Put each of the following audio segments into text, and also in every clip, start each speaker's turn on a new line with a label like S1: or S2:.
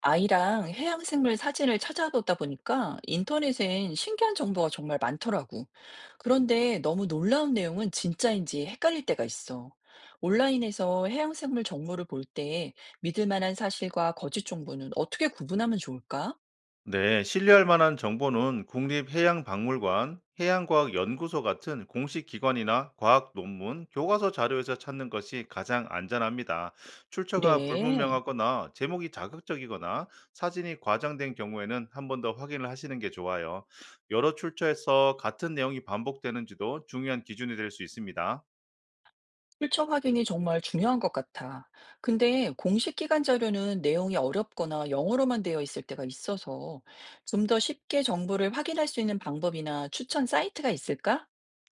S1: 아이랑 해양 생물 사진을 찾아보다 보니까 인터넷엔 신기한 정보가 정말 많더라고. 그런데 너무 놀라운 내용은 진짜인지 헷갈릴 때가 있어. 온라인에서 해양 생물 정보를 볼 때 믿을 만한 사실과 거짓 정보는 어떻게 구분하면 좋을까?
S2: 네, 신뢰할 만한 정보는 국립해양박물관, 해양과학연구소 같은 공식 기관이나 과학 논문, 교과서 자료에서 찾는 것이 가장 안전합니다. 출처가
S1: 그래.
S2: 불분명하거나 제목이 자극적이거나 사진이 과장된 경우에는 한 번 더 확인을 하시는 게 좋아요. 여러 출처에서 같은 내용이 반복되는지도 중요한 기준이 될 수 있습니다.
S1: 출처 확인이 정말 중요한 것 같아. 근데 공식 기관 자료는 내용이 어렵거나 영어로만 되어 있을 때가 있어서 좀 더 쉽게 정보를 확인할 수 있는 방법이나 추천 사이트가 있을까?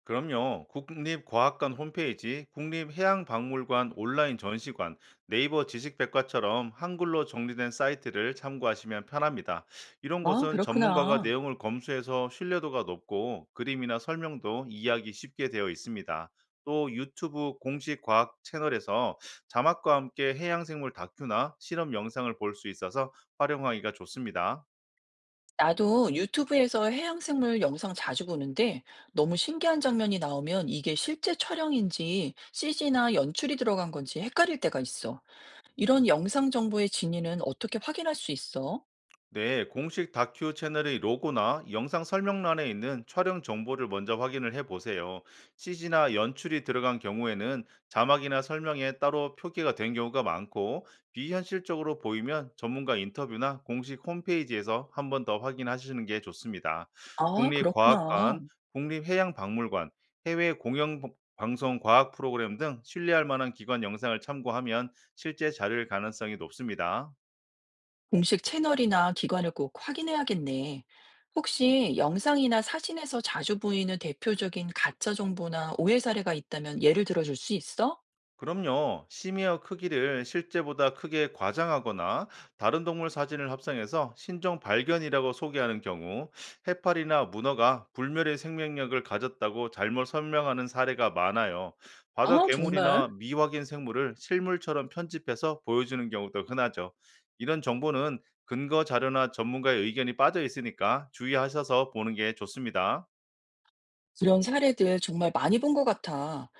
S2: 그럼요. 국립과학관 홈페이지, 국립해양박물관 온라인 전시관, 네이버 지식백과처럼 한글로 정리된 사이트를 참고하시면 편합니다. 이런
S1: 아,
S2: 곳은 전문가가
S1: 그렇구나.
S2: 내용을 검수해서 신뢰도가 높고 그림이나 설명도 이해하기 쉽게 되어 있습니다. 또 유튜브 공식 과학 채널에서 자막과 함께 해양생물 다큐나 실험 영상을 볼 수 있어서 활용하기가 좋습니다.
S1: 나도 유튜브에서 해양생물 영상 자주 보는데 너무 신기한 장면이 나오면 이게 실제 촬영인지 CG나 연출이 들어간 건지 헷갈릴 때가 있어. 이런 영상 정보의 진위는 어떻게 확인할 수 있어?
S2: 네, 공식 다큐 채널의 로고나 영상 설명란에 있는 촬영 정보를 먼저 확인을 해보세요. CG나 연출이 들어간 경우에는 자막이나 설명에 따로 표기가 된 경우가 많고, 비현실적으로 보이면 전문가 인터뷰나 공식 홈페이지에서 한 번 더 확인하시는 게 좋습니다.
S1: 아, 그렇구나.
S2: 국립과학관, 국립해양박물관, 해외 공영 방송 과학 프로그램 등 신뢰할 만한 기관 영상을 참고하면 실제 자료일 가능성이 높습니다.
S1: 공식 채널이나 기관을 꼭 확인해야겠네. 혹시 영상이나 사진에서 자주 보이는 대표적인 가짜 정보나 오해 사례가 있다면 예를 들어줄 수 있어?
S2: 그럼요. 심이어 크기를 실제보다 크게 과장하거나 다른 동물 사진을 합성해서 신종 발견이라고 소개하는 경우 해파리나 문어가 불멸의 생명력을 가졌다고 잘못 설명하는 사례가 많아요. 바다
S1: 아, 정말?
S2: 괴물이나 미확인 생물을 실물처럼 편집해서 보여주는 경우도 흔하죠. 이런 정보는 근거 자료나 전문가의 의견이 빠져 있으니까 주의하셔서 보는 게 좋습니다.
S1: 그런 사례들 정말 많이 본 것 같아.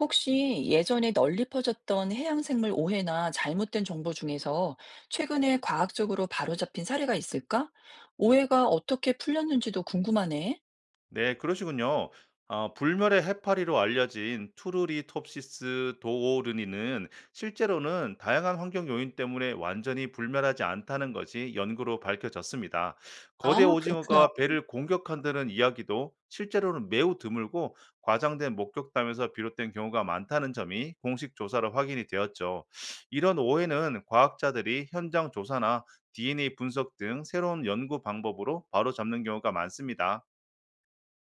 S1: 혹시 예전에 널리 퍼졌던 해양생물 오해나 잘못된 정보 중에서 최근에 과학적으로 바로잡힌 사례가 있을까? 오해가 어떻게 풀렸는지도 궁금하네.
S2: 네, 그러시군요. 아, 불멸의 해파리로 알려진 투르리톱시스 도오르니는 실제로는 다양한 환경 요인 때문에 완전히 불멸하지 않다는 것이 연구로 밝혀졌습니다. 거대
S1: 아, 그렇구나.
S2: 오징어가 배를 공격한다는 이야기도 실제로는 매우 드물고 과장된 목격담에서 비롯된 경우가 많다는 점이 공식 조사로 확인이 되었죠. 이런 오해는 과학자들이 현장 조사나 DNA 분석 등 새로운 연구 방법으로 바로 잡는 경우가 많습니다.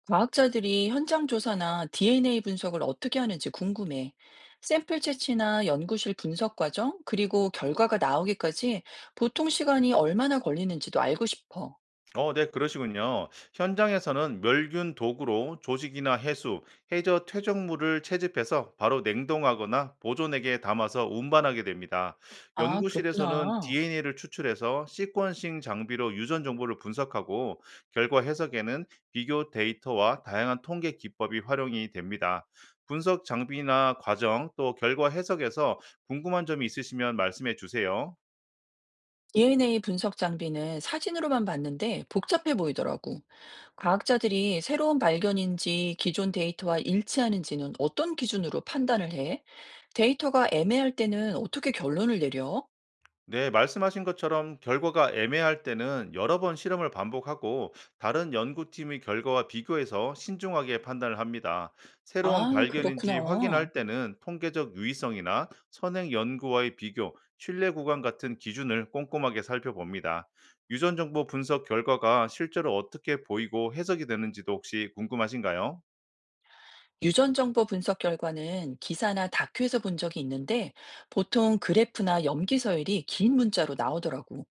S1: 과학자들이 현장 조사나 DNA 분석을 어떻게 하는지 궁금해. 샘플 채취나 연구실 분석 과정, 그리고 결과가 나오기까지 보통 시간이 얼마나 걸리는지도 알고 싶어.
S2: 어, 네, 그러시군요. 현장에서는 멸균 도구로 조직이나 해수, 해저 퇴적물을 채집해서 바로 냉동하거나 보존액에 담아서 운반하게 됩니다.
S1: 아,
S2: 연구실에서는
S1: 그렇구나.
S2: DNA를 추출해서 시퀀싱 장비로 유전 정보를 분석하고 결과 해석에는 비교 데이터와 다양한 통계 기법이 활용이 됩니다. 분석 장비나 과정 또 결과 해석에서 궁금한 점이 있으시면 말씀해 주세요.
S1: DNA 분석 장비는 사진으로만 봤는데 복잡해 보이더라고. 과학자들이 새로운 발견인지 기존 데이터와 일치하는지는 어떤 기준으로 판단을 해? 데이터가 애매할 때는 어떻게 결론을 내려?
S2: 네, 말씀하신 것처럼 결과가 애매할 때는 여러 번 실험을 반복하고 다른 연구팀의 결과와 비교해서 신중하게 판단을 합니다. 새로운
S1: 아,
S2: 발견인지
S1: 그렇구나.
S2: 확인할 때는 통계적 유의성이나 선행 연구와의 비교, 신뢰 구간 같은 기준을 꼼꼼하게 살펴봅니다. 유전 정보 분석 결과가 실제로 어떻게 보이고 해석이 되는지도 혹시 궁금하신가요?
S1: 유전 정보 분석 결과는 기사나 다큐에서 본 적이 있는데 보통 그래프나 염기 서열이 긴 문자로 나오더라고.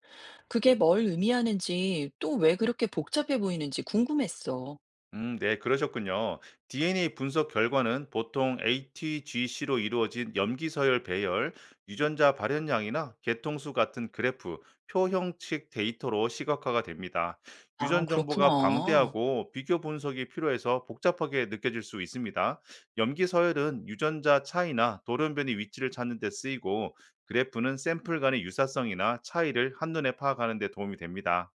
S1: 그게 뭘 의미하는지 또 왜 그렇게 복잡해 보이는지 궁금했어.
S2: 네, 그러셨군요. DNA 분석 결과는 보통 ATGC로 이루어진 염기서열 배열, 유전자 발현량이나 개통수 같은 그래프, 표 형식 데이터로 시각화가 됩니다.
S1: 아,
S2: 유전
S1: 그렇구나.
S2: 정보가 방대하고 비교 분석이 필요해서 복잡하게 느껴질 수 있습니다. 염기서열은 유전자 차이나 돌연변이 위치를 찾는 데 쓰이고, 그래프는 샘플 간의 유사성이나 차이를 한눈에 파악하는 데 도움이 됩니다.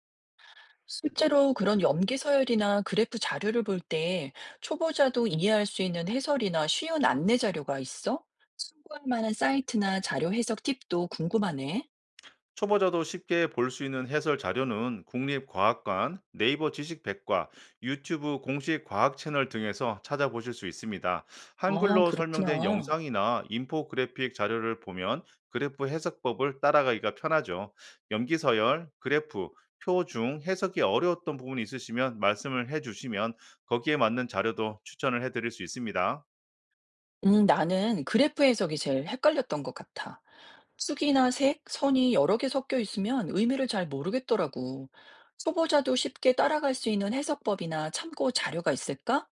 S1: 실제로 그런 염기 서열이나 그래프 자료를 볼 때 초보자도 이해할 수 있는 해설이나 쉬운 안내 자료가 있어? 참고할 만한 사이트나 자료 해석 팁도 궁금하네.
S2: 초보자도 쉽게 볼 수 있는 해설 자료는 국립과학관, 네이버 지식백과, 유튜브 공식 과학 채널 등에서 찾아보실 수 있습니다.
S1: 아,
S2: 한글로 설명된
S1: 그렇구나.
S2: 영상이나 인포그래픽 자료를 보면 그래프 해석법을 따라가기가 편하죠. 염기서열, 그래프, 표 중 해석이 어려웠던 부분이 있으시면 말씀을 해주시면 거기에 맞는 자료도 추천을 해드릴 수 있습니다.
S1: 나는 그래프 해석이 제일 헷갈렸던 것 같아. 축이나 색, 선이 여러 개 섞여 있으면 의미를 잘 모르겠더라고. 초보자도 쉽게 따라갈 수 있는 해석법이나 참고 자료가 있을까?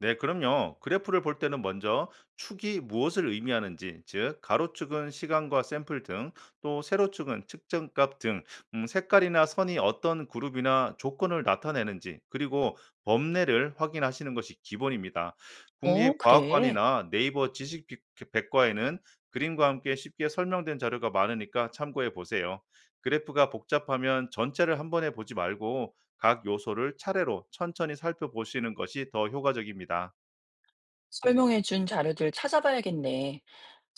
S2: 네, 그럼요. 그래프를 볼 때는 먼저 축이 무엇을 의미하는지, 즉 가로축은 시간과 샘플 등, 또 세로축은 측정값 등, 색깔이나 선이 어떤 그룹이나 조건을 나타내는지, 그리고 범례를 확인하시는 것이 기본입니다.
S1: 어, 그래.
S2: 국립과학관이나 네이버 지식백과에는 그림과 함께 쉽게 설명된 자료가 많으니까 참고해 보세요. 그래프가 복잡하면 전체를 한 번에 보지 말고 각 요소를 차례로 천천히 살펴보시는 것이 더 효과적입니다.
S1: 설명해 준 자료들 찾아봐야겠네.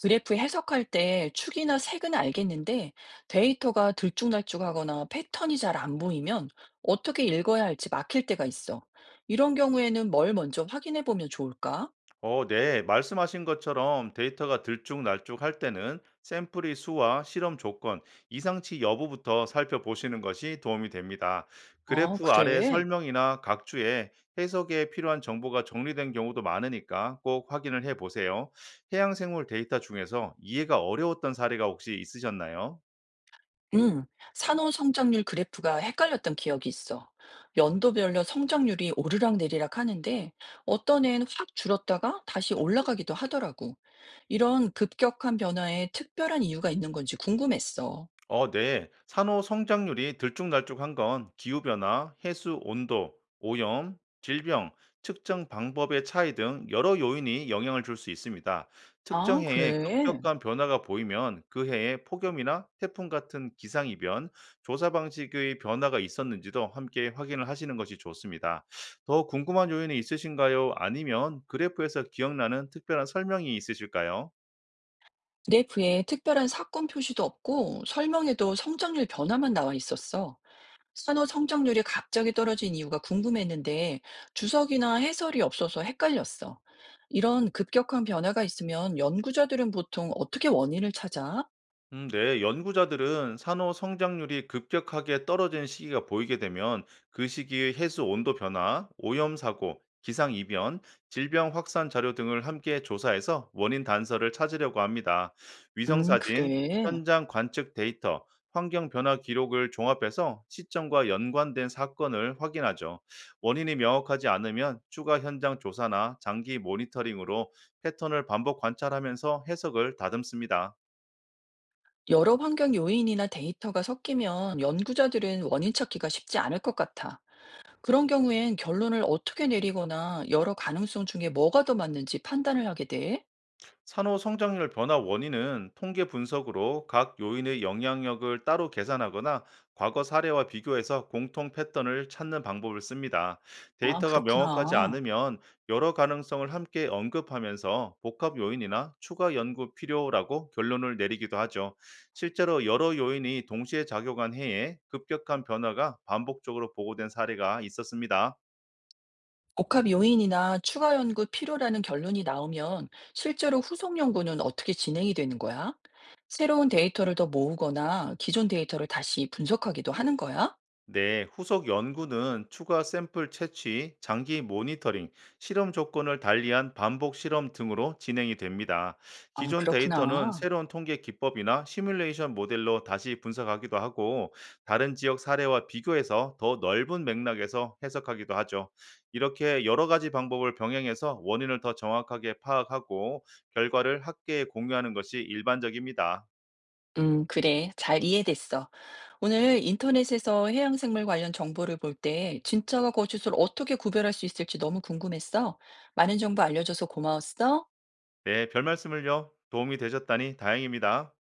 S1: 그래프 해석할 때 축이나 색은 알겠는데 데이터가 들쭉날쭉하거나 패턴이 잘 안 보이면 어떻게 읽어야 할지 막힐 때가 있어. 이런 경우에는 뭘 먼저 확인해 보면 좋을까?
S2: 네. 말씀하신 것처럼 데이터가 들쭉날쭉 할 때는 샘플의 수와 실험 조건, 이상치 여부부터 살펴보시는 것이 도움이 됩니다.
S1: 아,
S2: 그래프 아래
S1: 그래.
S2: 설명이나 각 주에 해석에 필요한 정보가 정리된 경우도 많으니까 꼭 확인을 해 보세요. 해양생물 데이터 중에서 이해가 어려웠던 사례가 혹시 있으셨나요?
S1: 응. 산호 성장률 그래프가 헷갈렸던 기억이 있어. 연도별로 성장률이 오르락내리락 하는데 어떤 애는 확 줄었다가 다시 올라가기도 하더라고. 이런 급격한 변화에 특별한 이유가 있는 건지 궁금했어.
S2: 네. 산호 성장률이 들쭉날쭉한 건 기후변화, 해수 온도, 오염, 질병, 측정 방법의 차이 등 여러 요인이 영향을 줄 수 있습니다. 특정
S1: 아,
S2: 해에
S1: 그래?
S2: 급격한 변화가 보이면 그 해에 폭염이나 태풍 같은 기상이변, 조사 방식의 변화가 있었는지도 함께 확인을 하시는 것이 좋습니다. 더 궁금한 요인이 있으신가요? 아니면 그래프에서 기억나는 특별한 설명이 있으실까요?
S1: 그래프에 특별한 사건 표시도 없고 설명에도 성장률 변화만 나와 있었어. 산호 성장률이 갑자기 떨어진 이유가 궁금했는데 주석이나 해설이 없어서 헷갈렸어. 이런 급격한 변화가 있으면 연구자들은 보통 어떻게 원인을 찾아?
S2: 네, 연구자들은 산호 성장률이 급격하게 떨어진 시기가 보이게 되면 그 시기의 해수 온도 변화, 오염 사고, 기상 이변, 질병 확산 자료 등을 함께 조사해서 원인 단서를 찾으려고 합니다. 위성 사진,
S1: 그래.
S2: 현장 관측 데이터, 환경 변화 기록을 종합해서 시점과 연관된 사건을 확인하죠. 원인이 명확하지 않으면 추가 현장 조사나 장기 모니터링으로 패턴을 반복 관찰하면서 해석을 다듬습니다.
S1: 여러 환경 요인이나 데이터가 섞이면 연구자들은 원인 찾기가 쉽지 않을 것 같아. 그런 경우엔 결론을 어떻게 내리거나 여러 가능성 중에 뭐가 더 맞는지 판단을 하게 돼?
S2: 산호 성장률 변화 원인은 통계 분석으로 각 요인의 영향력을 따로 계산하거나 과거 사례와 비교해서 공통 패턴을 찾는 방법을 씁니다.
S1: 아,
S2: 데이터가 명확하지
S1: 그렇구나.
S2: 않으면 여러 가능성을 함께 언급하면서 복합 요인이나 추가 연구 필요라고 결론을 내리기도 하죠. 실제로 여러 요인이 동시에 작용한 해에 급격한 변화가 반복적으로 보고된 사례가 있었습니다.
S1: 복합 요인이나 추가 연구 필요라는 결론이 나오면 실제로 후속 연구는 어떻게 진행이 되는 거야? 새로운 데이터를 더 모으거나 기존 데이터를 다시 분석하기도 하는 거야?
S2: 네, 후속 연구는 추가 샘플 채취, 장기 모니터링, 실험 조건을 달리한 반복 실험 등으로 진행이 됩니다.
S1: 아,
S2: 기존 데이터는
S1: 그렇구나.
S2: 새로운 통계 기법이나 시뮬레이션 모델로 다시 분석하기도 하고, 다른 지역 사례와 비교해서 더 넓은 맥락에서 해석하기도 하죠. 이렇게 여러 가지 방법을 병행해서 원인을 더 정확하게 파악하고, 결과를 학계에 공유하는 것이 일반적입니다.
S1: 그래. 잘 이해됐어. 오늘 인터넷에서 해양생물 관련 정보를 볼 때 진짜와 거짓을 어떻게 구별할 수 있을지 너무 궁금했어. 많은 정보 알려줘서 고마웠어.
S2: 네, 별 말씀을요. 도움이 되셨다니 다행입니다.